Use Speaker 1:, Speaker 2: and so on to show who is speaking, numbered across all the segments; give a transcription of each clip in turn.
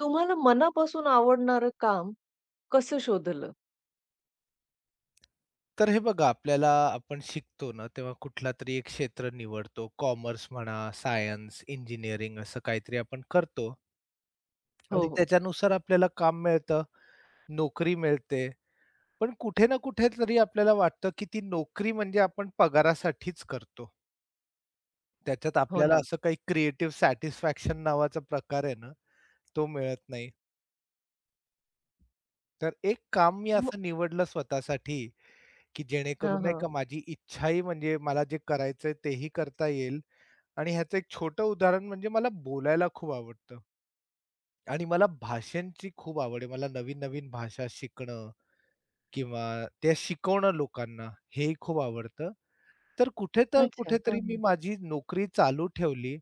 Speaker 1: तुम्हाला मनापासून आवडणारं काम कसं शोधलं?
Speaker 2: तर हे बघा आपल्याला आपण शिकतो ना तेव्हा कुठला तरी एक क्षेत्र निवडतो. कॉमर्स म्हणा, सायन्स, इंजिनिअरिंग असं काहीतरी आपण करतो
Speaker 1: हो,
Speaker 2: आणि
Speaker 1: हो.
Speaker 2: त्याच्यानुसार आपल्याला काम मिळतं, नोकरी मिळते. पण कुठे ना कुठे तरी आपल्याला वाटतं, की ती नोकरी म्हणजे आपण पगारासाठीच करतो. त्याच्यात
Speaker 1: हो
Speaker 2: आपल्याला
Speaker 1: ना.
Speaker 2: असं काही क्रिएटिव्ह सॅटिस्फॅक्शन नावाचा प्रकार आहे ना, तो मिळत नाही. तर एक काम मी
Speaker 1: मग
Speaker 2: असं निवडलं स्वतःसाठी, की
Speaker 1: हां,
Speaker 2: जेणेकरून नाही का
Speaker 1: हां.
Speaker 2: माझी इच्छाही म्हणजे मला जे करायचंय तेही करता येईल आणि ह्याचं एक छोटं उदाहरण म्हणजे मला बोलायला खूप आवडतं आणि मला भाषांची खूप आवड आहे. मला नवीन-नवीन भाषा शिकणं किंवा त्या शिकवणं लोकांना हेही खूप आवडतं. तर
Speaker 1: अच्छा. हां,
Speaker 2: कुठेतरी मी
Speaker 1: हां.
Speaker 2: माझी नोकरी चालू ठेवली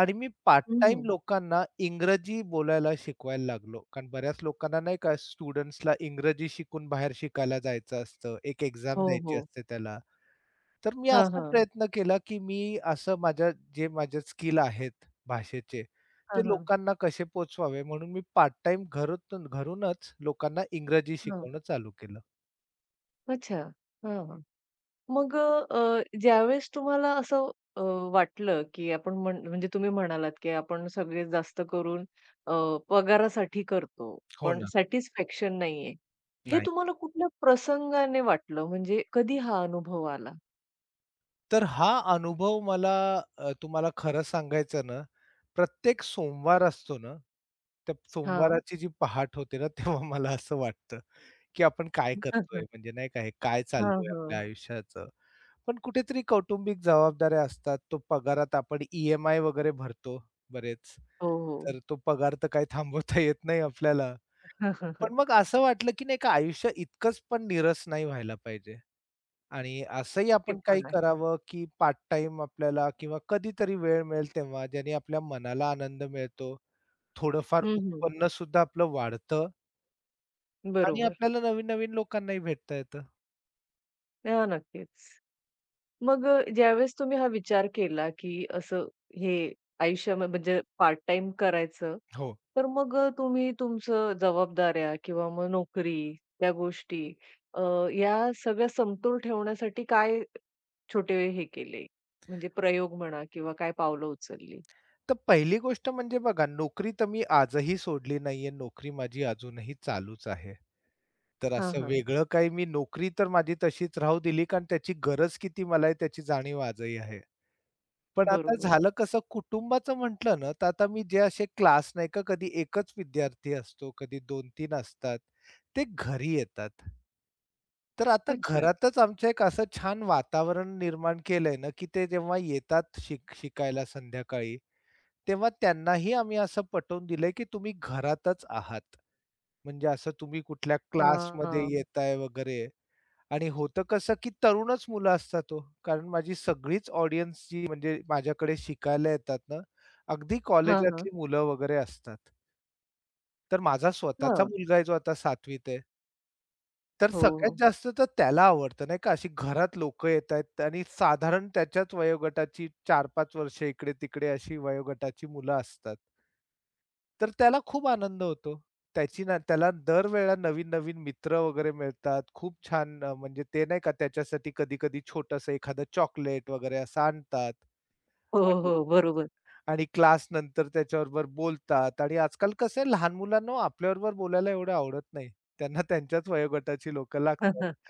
Speaker 2: आणि मी पार्ट
Speaker 1: हं,
Speaker 2: टाईम
Speaker 1: हं.
Speaker 2: लोकांना इंग्रजी बोलायला शिकवायला लागलो. कारण बऱ्याच लोकांना नाही का स्टुडंट्सला इंग्रजी शिकून बाहेर शिकायला जायचं असतं. एक एक्झाम
Speaker 1: हो,
Speaker 2: द्यायची
Speaker 1: हो.
Speaker 2: असते त्याला. तर मी
Speaker 1: हां,
Speaker 2: असा
Speaker 1: हां.
Speaker 2: प्रयत्न केला, की मी असं माझ्या जे माझे स्किल आहेत भाषेचे,
Speaker 1: हां,
Speaker 2: ते
Speaker 1: हां.
Speaker 2: लोकांना कसे पोहोचवावे म्हणून मी पार्ट टाईम घरातून घरूनच लोकांना इंग्रजी
Speaker 1: हां.
Speaker 2: शिकवणं चालू केलं.
Speaker 1: अच्छा. हां, हां. मग अ, अ, ज्यावेळेस तुम्हाला असं अ, वाटलं, की आपण म्हणजे तुम्ही म्हणालात, की आपण सगळे जास्त करून अ, पगारासाठी करतो,
Speaker 2: हो
Speaker 1: पण
Speaker 2: ना.
Speaker 1: सॅटिस्फॅक्शन नाहीये. हे
Speaker 2: नाही.
Speaker 1: तुम्हाला कुठल्या प्रसंगाने वाटलं? म्हणजे कधी हा अनुभव आला?
Speaker 2: तर हा अनुभव मला तुम्हाला खरं सांगायचं ना, प्रत्येक सोमवार असतो ना, त्या
Speaker 1: हां.
Speaker 2: सोमवाराची जी पहाट होते ना, तेव्हा मला असं वाटतं, की आपण काय
Speaker 1: हां,
Speaker 2: करतोय?
Speaker 1: हां.
Speaker 2: म्हणजे नाही का, हे काय चालू
Speaker 1: हां,
Speaker 2: आहे आपल्या
Speaker 1: हां.
Speaker 2: आयुष्याचं? पण कुठेतरी कौटुंबिक जबाबदाऱ्या असतात. तो पगारात आपण ई वगैरे भरतो बरेच.
Speaker 1: हो, हो.
Speaker 2: तर तो पगार तर काही थांबवता येत नाही आपल्याला.
Speaker 1: हं, हं, हं.
Speaker 2: पण मग असं वाटलं, की नाही का आयुष्य इतकंच पण नीरस नाही व्हायला पाहिजे. आणि असंही
Speaker 1: ते
Speaker 2: आपण काही
Speaker 1: पण आहे.
Speaker 2: करावं, की पार्ट टाइम आपल्याला किंवा कधीतरी वेळ मिळेल तेव्हा, ज्याने आपल्या मनाला आनंद मिळतो. थोडंफार
Speaker 1: हं, हं.
Speaker 2: उत्पन्न सुद्धा आपलं वाढतं आणि
Speaker 1: बरोबर.
Speaker 2: आपल्याला नवीन-नवीन लोकांनाही भेटता येतं.
Speaker 1: हां, नक्कीच. मग ज्यावेळेस तुम्ही हा विचार केला, की असं हे आयुष्यामध्ये म्हणजे पार्ट टाईम करायचं,
Speaker 2: हो.
Speaker 1: तर मग तुम्ही तुमचं जबाबदाऱ्या किंवा मग नोकरी, त्या गोष्टी अ, या सगळ्या समतोल ठेवण्यासाठी काय छोटे हे केले? म्हणजे प्रयोग म्हणा किंवा काय पावलं उचलली?
Speaker 2: तर पहिली गोष्ट म्हणजे बघा, नोकरी तर मी आजही सोडली नाहीये. नोकरी माझी अजूनही चालूच आहे. तर
Speaker 1: हां,
Speaker 2: असं
Speaker 1: हां.
Speaker 2: वेगळं काही मी नोकरी तर माझी तशीच राहू दिली, कारण त्याची गरज किती मला आहे त्याची जाणीव आजही आहे. पण आता
Speaker 1: बरोबर.
Speaker 2: झालं कसं कुटुंबाचं म्हटलं ना, तर आता मी जे असे क्लास नाही का कधी एकच विद्यार्थी असतो, कधी 2-3 असतात, ते घरी येतात. तर आता
Speaker 1: अच्छा.
Speaker 2: घरातच आमचं एक असं छान वातावरण निर्माण केलंय ना, की ते जेव्हा येतात शिकायला संध्याकाळी, तेव्हा त्यांनाही आम्ही असं पटवून दिलंय, की तुम्ही घरातच आहात. म्हणजे असं तुम्ही कुठल्या क्लासमध्ये
Speaker 1: हां.
Speaker 2: येताय वगैरे आणि होतं कसं, की तरुणच मुलं असतात ओ. कारण माझी सगळीच ऑडियन्स जी म्हणजे माझ्याकडे शिकायला येतात ना, अगदी हं.
Speaker 1: हां, हां.
Speaker 2: कॉलेजातली मुलं वगैरे असतात. तर माझा स्वतःचा
Speaker 1: हां.
Speaker 2: मुलगा आहे जो आता 7वीत आहे. तर
Speaker 1: हो,
Speaker 2: सगळ्यात
Speaker 1: हो.
Speaker 2: जास्त तर त्याला आवडतं नाही का, अशी घरात लोकं येतायत आणि साधारण त्याच्याच वयोगटाची 4-5 वर्ष इकडे-तिकडे अशी वयोगटाची मुलं असतात. तर त्याला खूप आनंद होतो. त्याची ना त्याला दरवेळेला नवीन-नवीन मित्र वगैरे मिळतात. खूप छान म्हणजे ते नाही का त्याच्यासाठी कधी-कधी छोटंसं एखादं चॉकलेट वगैरे असं आणतात
Speaker 1: हो,
Speaker 2: आणि
Speaker 1: हो. बरोबर.
Speaker 2: आणि क्लास नंतर त्याच्याबरोबर बोलतात आणि आजकाल कसं आहे लहान मुलांना हो आपल्याबरोबर बोलायला एवढं आवडत नाही. त्यांना त्यांच्याच वयोगटाची लोकं लागतात.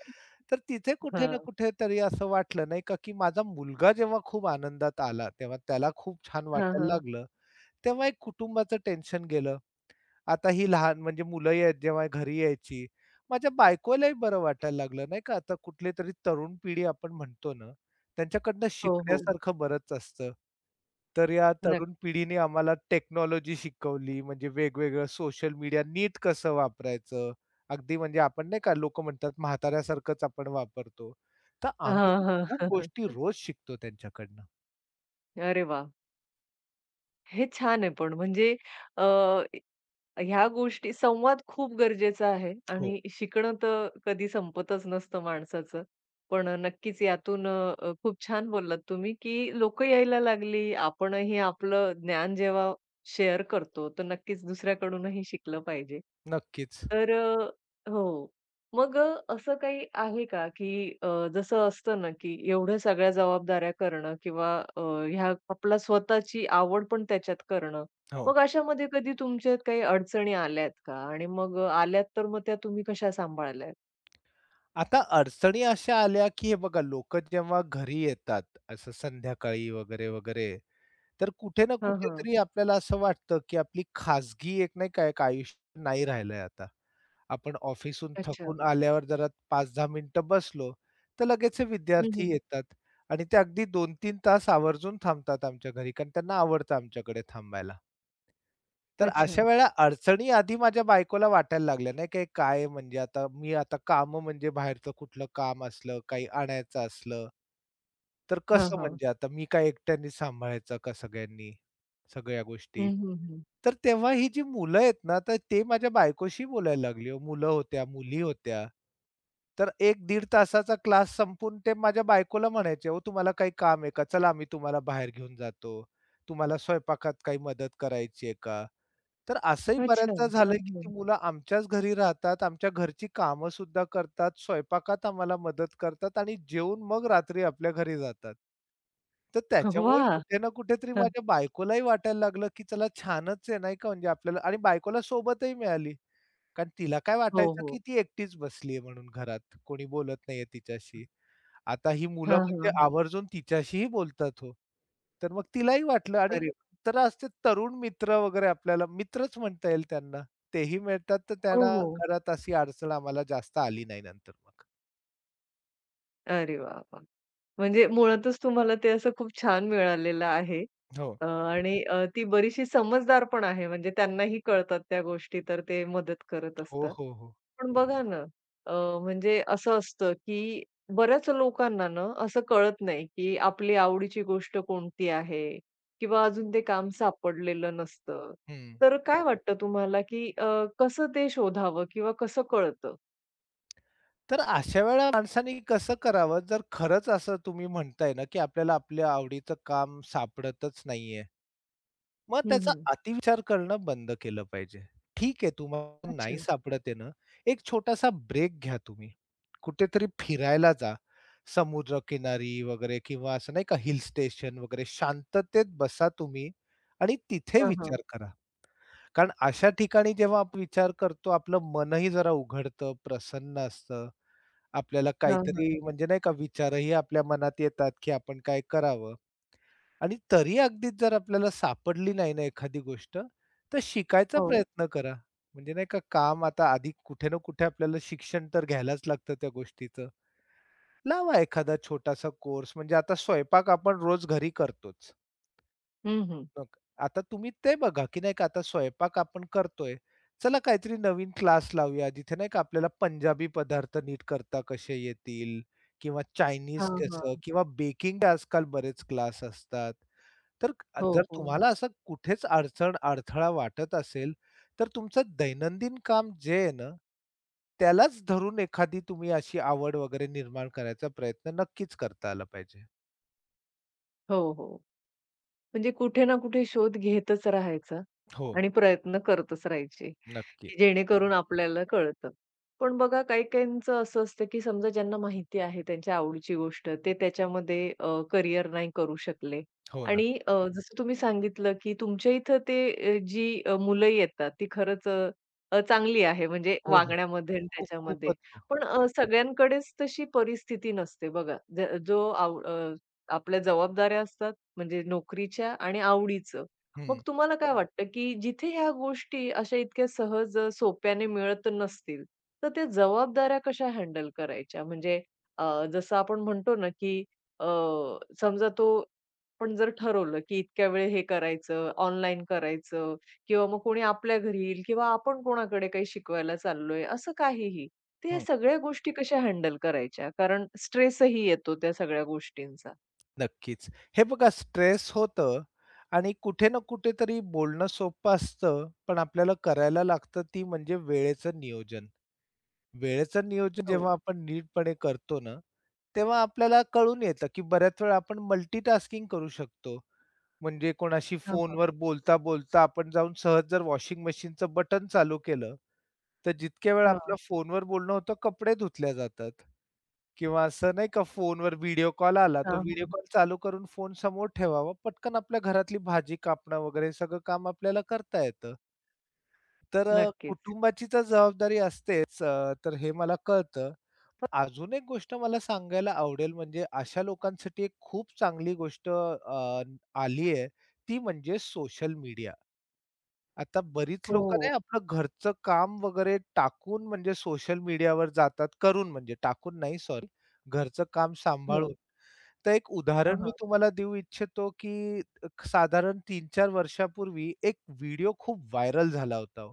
Speaker 2: तर तिथे कुठे ना
Speaker 1: हां.
Speaker 2: कुठेतरी असं वाटलं नाही का, की माझा मुलगा जेव्हा खूप आनंदात आला, तेव्हा त्याला खूप छान
Speaker 1: हां,
Speaker 2: वाटायला
Speaker 1: हां.
Speaker 2: लागलं, तेव्हा एक कुटुंबाचं टेन्शन गेलं. आता ही लहान म्हणजे मुलं जेव्हा घरी यायची, माझ्या बायकोलाही बरं वाटायला लागलं नाही का. आता कुठलीतरी तरुण पिढी आपण म्हणतो ना, त्यांच्याकडनं
Speaker 1: हो, हो.
Speaker 2: शिकण्यासारखं बरंच असतं. तर या
Speaker 1: नक्की.
Speaker 2: तरुण पिढीने आम्हाला टेक्नॉलॉजी शिकवली, म्हणजे वेगवेगळं सोशल मीडिया नीट कसं वापरायचं. अगदी म्हणजे आपण नाही का लोकं म्हणतात म्हाताऱ्यासारखंच आपण वापरतो. तर आम्ही
Speaker 1: हां, हां.
Speaker 2: खूप गोष्टी रोज शिकतो त्यांच्याकडनं.
Speaker 1: अरे वाह! हे छान आहे पण म्हणजे अ, ह्या गोष्टी संवाद खूप गरजेचा आहे
Speaker 2: हो.
Speaker 1: आणि शिकणं तर कधी संपतच नसतं माणसाचं. पण नक्कीच यातून खूप छान बोललात तुम्ही, की लोकं यायला लागली. आपणही आपलं ज्ञान जेव्हा शेअर करतो, तर नक्कीच दुसऱ्याकडूनही शिकलं पाहिजे.
Speaker 2: नक्कीच.
Speaker 1: तर हो. मग असं काही आहे का, की अ, जसं असतं ना, की एवढ्या सगळ्या जबाबदाऱ्या करणं किंवा ह्या आपला स्वतःची आवड पण त्याच्यात करणं,
Speaker 2: हो.
Speaker 1: मग अशामध्ये कधी तुमच्यात काही अडचणी आल्यात का? आणि मग आल्यात तर मग त्या तुम्ही कशा सांभाळल्यात?
Speaker 2: आता अडचणी अशा आल्या, की हे बघा लोकं जेव्हा घरी येतात, असं संध्याकाळी वगैरे, वगैरे, तर कुठे ना
Speaker 1: हां, हां.
Speaker 2: कुठेतरी आपल्याला असं वाटतं, की आपली खाजगी एक नाही का एक आयुष्य नाही राहिलंय आता. आपण ऑफिसहून
Speaker 1: अच्छा.
Speaker 2: थकून आल्यावर जरा 5-10 मिनिटं बसलो, तर लगेच हे
Speaker 1: हं,
Speaker 2: विद्यार्थी
Speaker 1: हं.
Speaker 2: येतात आणि ते अगदी 2-3 तास आवर्जून थांबतात आमच्या घरी, कारण त्यांना आवडतं आमच्याकडे थांबायला. तर
Speaker 1: अच्छा.
Speaker 2: अशा वेळेला अडचणी आधी माझ्या बायकोला वाटायला लागल्या, नाही का, काय म्हणजे आता मी आता कामं म्हणजे बाहेरचं कुठलं काम असलं, काही आणायचं असलं, तर
Speaker 1: हां,
Speaker 2: कसं
Speaker 1: हां.
Speaker 2: म्हणजे आता मी काय एकट्याने सांभाळायचा का सगळ्यांनी, सगळ्या
Speaker 1: हं,
Speaker 2: गोष्टी.
Speaker 1: हं, हं.
Speaker 2: तर तेव्हा ही जी मुलं आहेत ना, तर ते माझ्या बायकोशी बोलायला लागली हो. मुलं होत्या, मुली होत्या. तर एक 15 तासाचा क्लास संपून ते माझ्या बायकोला म्हणायचे, "हो तुम्हाला काही काम आहे का? चला आम्ही तुम्हाला बाहेर घेऊन जातो. तुम्हाला स्वयंपाकात काही मदत करायची आहे का?" तर असंही
Speaker 1: अच्छा.
Speaker 2: बऱ्याचदा
Speaker 1: हां,
Speaker 2: झालंय, की ती
Speaker 1: हां.
Speaker 2: मुलं आमच्याच घरी राहतात, आमच्या घरची कामं सुद्धा करतात, स्वयंपाकात आम्हाला मदत करतात आणि जेवून मग रात्री आपल्या घरी जातात. तर त्याच्यामुळे
Speaker 1: वाह!
Speaker 2: कुठे ना कुठेतरी
Speaker 1: हं.
Speaker 2: माझ्या बायकोलाही वाटायला लागलं, की चला छानच आहे नाही का म्हणजे आपल्याला आणि बायकोला सोबतही मिळाली. कारण तिला काय
Speaker 1: हो,
Speaker 2: वाटायचं, की
Speaker 1: हो.
Speaker 2: ती एकटीच बसलीये म्हणून घरात, कोणी बोलत नाहीये तिच्याशी. आता ही मुलं
Speaker 1: हां,
Speaker 2: म्हणजे
Speaker 1: हां, हां.
Speaker 2: आवर्जून तिच्याशीही बोलतात हो. तर मग तिलाही वाटलं आणि
Speaker 1: अरे वाह!
Speaker 2: तर असते तरुण मित्र वगैरे आपल्याला मित्रच म्हणता येईल त्यांना. तेही मिळतात तर
Speaker 1: हो,
Speaker 2: त्यांना
Speaker 1: हो.
Speaker 2: घरात अशी अडचण आम्हाला जास्त आली नाही नंतर मग.
Speaker 1: अरे वाह, वाह! म्हणजे मुळातच तुम्हाला ते असं खूप छान मिळालेलं आहे.
Speaker 2: हो.
Speaker 1: आणि ती बरीचशी समजदार पण आहे म्हणजे त्यांनाही कळतात त्या गोष्टी तर ते मदत करत
Speaker 2: हो,
Speaker 1: असतात.
Speaker 2: हो, हो.
Speaker 1: पण बघा ना, अ, म्हणजे असं असतं की बऱ्याच लोकांना ना असं कळत नाही की आपली आवडीची गोष्ट कोणती आहे किंवा अजून ते काम सापडलेलं नसतं.
Speaker 2: हं.
Speaker 1: तर काय वाटतं तुम्हाला की कसं ते शोधावं किंवा कसं कळतं?
Speaker 2: तर अशा वेळेला माणसाने कसं करावं जर खरंच असं तुम्ही म्हणताय ना, की आपल्याला आपल्या आवडीचं काम सापडतच नाहीये. मग
Speaker 1: हं,
Speaker 2: त्याचा
Speaker 1: हं.
Speaker 2: अतिविचार करणं बंद केलं पाहिजे. ठीक आहे, तुम्हाला
Speaker 1: अच्छा.
Speaker 2: नाही सापडत आहे ना, एक छोटासा ब्रेक घ्या तुम्ही. कुठेतरी फिरायला जा. समुद्र किनारी वगैरे किंवा असं नाही का हिल स्टेशन वगैरे शांततेत बसा तुम्ही आणि तिथे
Speaker 1: हां, हां.
Speaker 2: विचार करा. कारण अशा ठिकाणी जेव्हा आपण विचार करतो, आपलं मनही जरा उघडतं, प्रसन्न असतं. आपल्याला
Speaker 1: हां, हां.
Speaker 2: काहीतरी म्हणजे नाही का विचारही आपल्या मनात येतात, की आपण काय करावं? आणि तरी अगदीच जर आपल्याला सापडली नाही ना एखादी गोष्ट, तर शिकायचा
Speaker 1: हो.
Speaker 2: प्रयत्न करा. म्हणजे नाही का काम आता आधी कुठे ना कुठे आपल्याला शिक्षण तर घ्यायलाच लागतं त्या गोष्टीचं. लावा एखादा छोटासा कोर्स म्हणजे आता स्वयंपाक आपण रोज घरी करतोच.
Speaker 1: हं, हं.
Speaker 2: मग आता तुम्ही ते बघा, की नाही का आता स्वयंपाक आपण करतोय. चला काहीतरी नवीन क्लास लावूया जिथे नाही का आपल्याला पंजाबी पदार्थ नीट करता कसे येतील किंवा चायनीज
Speaker 1: हां,
Speaker 2: कसं
Speaker 1: हां.
Speaker 2: किंवा बेकिंगचे आजकाल बरेच क्लास असतात. तर
Speaker 1: हो,
Speaker 2: जर
Speaker 1: हो.
Speaker 2: तुम्हाला असं कुठेच अडचण, अडथळा वाटत असेल, तर तुमचं दैनंदिन काम जे आहे ना, त्यालाच धरून एखादी तुम्ही अशी आवड वगैरे निर्माण करायचा प्रयत्न नक्कीच करता आला पाहिजे.
Speaker 1: हो, हो. म्हणजे कुठे ना कुठे शोध घेतच राहायचा.
Speaker 2: हो,
Speaker 1: आणि प्रयत्न करतच राहायचे,
Speaker 2: नक्की.
Speaker 1: की जेणेकरून आपल्याला कळतं. पण बघा काही-काहींचं असं असतं, की समजा ज्यांना माहिती आहे त्यांच्या आवडीची गोष्ट, ते त्याच्यामध्ये करियर नाही करू शकले
Speaker 2: हो ना.
Speaker 1: आणि जसं तुम्ही सांगितलं, की तुमच्या इथं ते जी मुलं येतात ती खरंच अ, अ, चांगली आहे म्हणजे
Speaker 2: हो, हो.
Speaker 1: वागण्यामध्ये आणि
Speaker 2: खूप
Speaker 1: त्याच्यामध्ये.
Speaker 2: खूपच हो.
Speaker 1: पण सगळ्यांकडेच तशी परिस्थिती नसते बघा. ज जो आव अ, आपल्या जबाबदाऱ्या असतात म्हणजे नोकरीच्या आणि आवडीचं. मग
Speaker 2: हं,
Speaker 1: तुम्हाला काय हो, वाटतं, की जिथे ह्या गोष्टी अशा इतक्या सहज सोप्याने मिळत नसतील, तर त्या जबाबदाऱ्या कशा हँडल करायच्या? म्हणजे अ, जसं आपण म्हणतो ना, की अ, समजा तो आपण जर ठरवलं, की इतक्या वेळ हे करायचं, ऑनलाईन करायचं किंवा मग कोणी आपल्या घरी येईल किंवा आपण कोणाकडे काही शिकवायला चाललोय, असं काहीही. तर या
Speaker 2: हं.
Speaker 1: सगळ्या गोष्टी कशा हँडल करायच्या? कारण स्ट्रेसही येतो त्या सगळ्या गोष्टींचा.
Speaker 2: नक्कीच. हे बघा स्ट्रेस होतं आणि कुठे ना कुठेतरी बोलणं सोपं असतं, पण आपल्याला करायला लागतं ती म्हणजे वेळेचं नियोजन. वेळेचं नियोजन
Speaker 1: हो.
Speaker 2: जेव्हा आपण नीटपणे करतो ना, तेव्हा आपल्याला कळून येतं, की बऱ्याच वेळा आपण मल्टीटास्किंग करू शकतो. म्हणजे कोणाशी
Speaker 1: हां, हां.
Speaker 2: फोनवर बोलता-बोलता आपण जाऊन सहज जर वॉशिंग मशीनचं बटन चालू केलं, तर जितक्या वेळा आपलं
Speaker 1: हां.
Speaker 2: फोनवर बोलणं होतं, कपडे धुतल्या जातात. किंवा असं नाही का फोनवर व्हिडिओ कॉल आला, तो
Speaker 1: हां,
Speaker 2: व्हिडिओ
Speaker 1: हां.
Speaker 2: कॉल चालू करून फोन समोर ठेवावा. पटकन आपल्या घरातली भाजी कापणं वगैरे सगळं काम आपल्याला करता येतं. तर
Speaker 1: नक्कीच.
Speaker 2: कुटुंबाची तर जबाबदारी असतेच तर हे मला कळतं. पण अजून एक गोष्ट मला सांगायला आवडेल म्हणजे अशा लोकांसाठी एक खूप चांगली गोष्ट आली आहे, ती म्हणजे सोशल मीडिया. आता बरीच लोकं
Speaker 1: हो.
Speaker 2: नाही आपलं घरचं काम वगैरे टाकून म्हणजे सोशल मीडियावर जातात. करून म्हणजे टाकून नाही सॉरी, घरचं काम
Speaker 1: हो.
Speaker 2: सांभाळून. तर एक
Speaker 1: हां,
Speaker 2: उदाहरण मी
Speaker 1: हां.
Speaker 2: तुम्हाला देऊ इच्छितो, की साधारण 3-4 वर्षापूर्वी एक व्हिडिओ खूप व्हायरल झाला होता हो.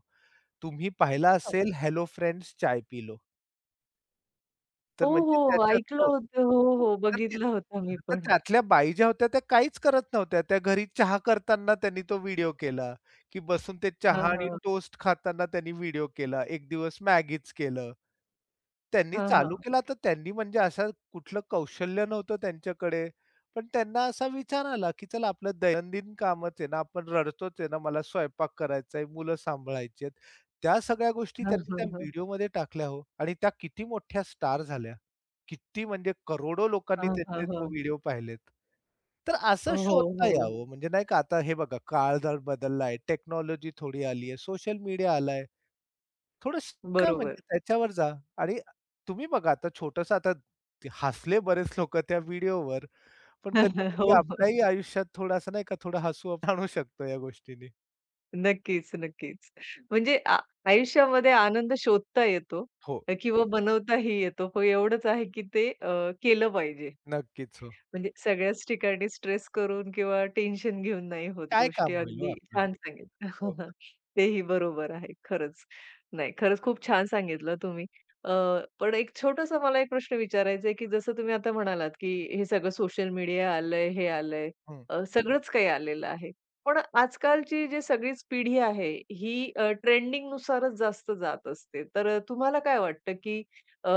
Speaker 2: तुम्ही पाहिला
Speaker 1: हां.
Speaker 2: असेल "हेलो फ्रेंड्स चाय पी
Speaker 1: हो,
Speaker 2: तर म्हणजे
Speaker 1: हो.
Speaker 2: त्याच्यात
Speaker 1: ऐकलं
Speaker 2: हो,
Speaker 1: होतं. हो,
Speaker 2: हो.
Speaker 1: हो.
Speaker 2: तर ते
Speaker 1: बघितलं होतं मी
Speaker 2: तर
Speaker 1: पण.
Speaker 2: त्यातल्या बाई ज्या होत्या त्या काहीच करत नव्हत्या. त्या घरी चहा करताना त्यांनी तो व्हिडिओ केला, की बसून ते
Speaker 1: हां,
Speaker 2: चहा आणि
Speaker 1: हां.
Speaker 2: टोस्ट खाताना त्यांनी व्हिडिओ केला. एक दिवस मॅगीच केलं. त्यांनी
Speaker 1: हां, हां.
Speaker 2: चालू केला तर त्यांनी म्हणजे असं कुठलं कौशल्य नव्हतं त्यांच्याकडे. पण त्यांना असा विचार आला, की चला आपलं दैनंदिन कामच आहे ना, आपण रडतोच आहे ना, मला स्वयंपाक करायचा आहे, मुलं सांभाळायची आहेत. त्या सगळ्या गोष्टी
Speaker 1: हां,
Speaker 2: त्यांनी
Speaker 1: हां,
Speaker 2: त्या
Speaker 1: हां.
Speaker 2: व्हिडिओमध्ये टाकल्या हो आणि त्या किती मोठ्या स्टार झाल्या. किती म्हणजे करोडो लोकांनी
Speaker 1: हां, हां,
Speaker 2: त्यांचे तो
Speaker 1: हां.
Speaker 2: व्हिडिओ पाहिलेत. तर असं
Speaker 1: हो,
Speaker 2: शोधता
Speaker 1: हो.
Speaker 2: यावं म्हणजे नाही का आता हे बघा काळ जर बदलला टेक्नॉलॉजी थोडी आली आहे, सोशल मीडिया आलाय. थोडं शिका म्हणजे
Speaker 1: बरोबर.
Speaker 2: त्याच्यावर जा आणि तुम्ही बघा आता छोटंसं आता ते हसले बरेच लोकं त्या व्हिडिओवर, पण कधी-कधी
Speaker 1: हो, हो.
Speaker 2: आपल्याही आयुष्यात थोडासा नाही का थोडा हसू आपण आणू शकतो या गोष्टींनी.
Speaker 1: नक्कीच, नक्कीच. म्हणजे आयुष्यामध्ये आनंद शोधता येतो
Speaker 2: हो.
Speaker 1: किंवा बनवताही येतो. पण एवढंच आहे की ते केलं पाहिजे.
Speaker 2: नक्कीच. हो.
Speaker 1: म्हणजे सगळ्याच ठिकाणी स्ट्रेस करून किंवा टेन्शन घेऊन नाही होत
Speaker 2: काय काम
Speaker 1: गोष्टी.
Speaker 2: होईल हो
Speaker 1: अगदी
Speaker 2: आपलं?
Speaker 1: छान सांगितलं.
Speaker 2: हो.
Speaker 1: तेही बरोबर आहे खरंच. नाही, खरंच खूप छान सांगितलं तुम्ही. अ, पण एक छोटासा मला एक प्रश्न विचारायचा आहे, की जसं तुम्ही आता म्हणालात, की हे सगळं सोशल मीडिया आलंय, हे आलंय,
Speaker 2: हं.
Speaker 1: सगळंच काही आलेलं आहे. पण आजकालची जी सगळीच पिढी आहे, ही ट्रेंडिंगनुसारच जास्त जात असते. तर तुम्हाला काय वाटतं, की अ,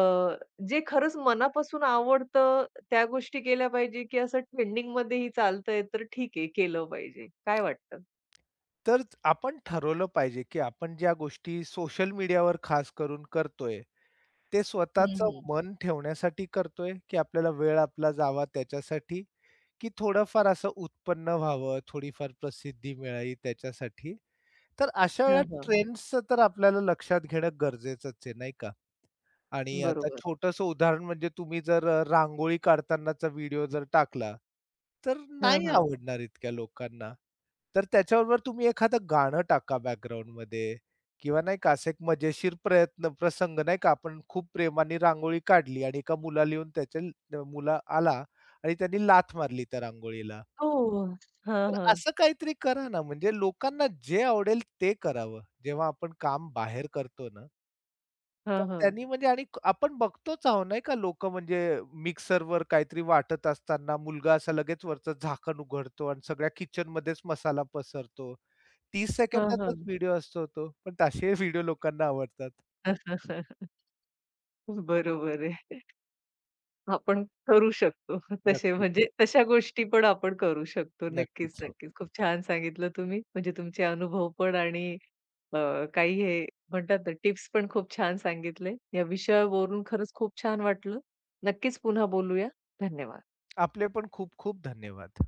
Speaker 1: जे खरंच मनापासून आवडतं त्या गोष्टी केल्या पाहिजे, की असं ट्रेंडिंगमध्येही चालतंय तर ठीक आहे, केलं पाहिजे. काय वाटतं?
Speaker 2: तर आपण ठरवलं पाहिजे, की आपण ज्या गोष्टी सोशल मीडियावर खास करून करतोय, ते
Speaker 1: हं,
Speaker 2: स्वतःचं
Speaker 1: हं.
Speaker 2: मन ठेवण्यासाठी करतोय, की आपल्याला वेळ आपला जावा त्याच्यासाठी, की थोडंफार असं उत्पन्न व्हावं, थोडीफार प्रसिद्धी मिळावी त्याच्यासाठी? तर अशा वेळेला
Speaker 1: हां, हां.
Speaker 2: ट्रेंड्सचं तर आपल्याला लक्षात घेणं गरजेचंच आहे, नाही का? आणि आता
Speaker 1: बरोबर.
Speaker 2: छोटंसं उदाहरण म्हणजे तुम्ही जर रांगोळी काढतानाचा व्हिडिओ जर टाकला, तर
Speaker 1: हां,
Speaker 2: नाही
Speaker 1: हां.
Speaker 2: आवडणार इतक्या लोकांना. तर त्याच्याबरोबर तुम्ही एखादं गाणं टाका बॅकग्राऊंडमध्ये किंवा नाही का असे एक मजेशीर प्रसंग नाही का, आपण खूप प्रेमाने रांगोळी काढली आणि एका मुलाला येऊन त्याच्या ल मुला आला आणि त्यांनी लाथ मारली त्या रांगोळीला.
Speaker 1: हो. हां,
Speaker 2: तर
Speaker 1: हां.
Speaker 2: असं काहीतरी करा ना, म्हणजे लोकांना जे आवडेल ते करावं. जेव्हा आपण काम बाहेर करतो ना, तर
Speaker 1: हां, हां.
Speaker 2: त्यांनी म्हणजे आणि आपण बघतोच आहोत नाही का, लोकं म्हणजे मिक्सरवर काहीतरी वाटत असताना मुलगा असा लगेच वरचं झाकण उघडतो आणि सगळ्या किचनमध्येच मसाला पसरतो. 30
Speaker 1: हां,
Speaker 2: सेकंदाचाच
Speaker 1: हां.
Speaker 2: व्हिडिओ असतो तो, पण तसे व्हिडिओ लोकांना आवडतात.
Speaker 1: बरोबर आहे. आपण करू शकतो. तसे
Speaker 2: नक्कीच,
Speaker 1: म्हणजे तशा गोष्टी पण आपण करू शकतो. नक्कीच,
Speaker 2: नक्कीच. हो.
Speaker 1: नक्कीच. खूप छान सांगितलं तुम्ही. म्हणजे तुमचे अनुभव पण आणि अ, काही हे म्हणतात ना टिप्स पण खूप छान सांगितले. या विषयावरून खरंच खूप छान वाटलं. नक्कीच पुन्हा बोलूया. धन्यवाद.
Speaker 2: आपले पण खूप खूप धन्यवाद.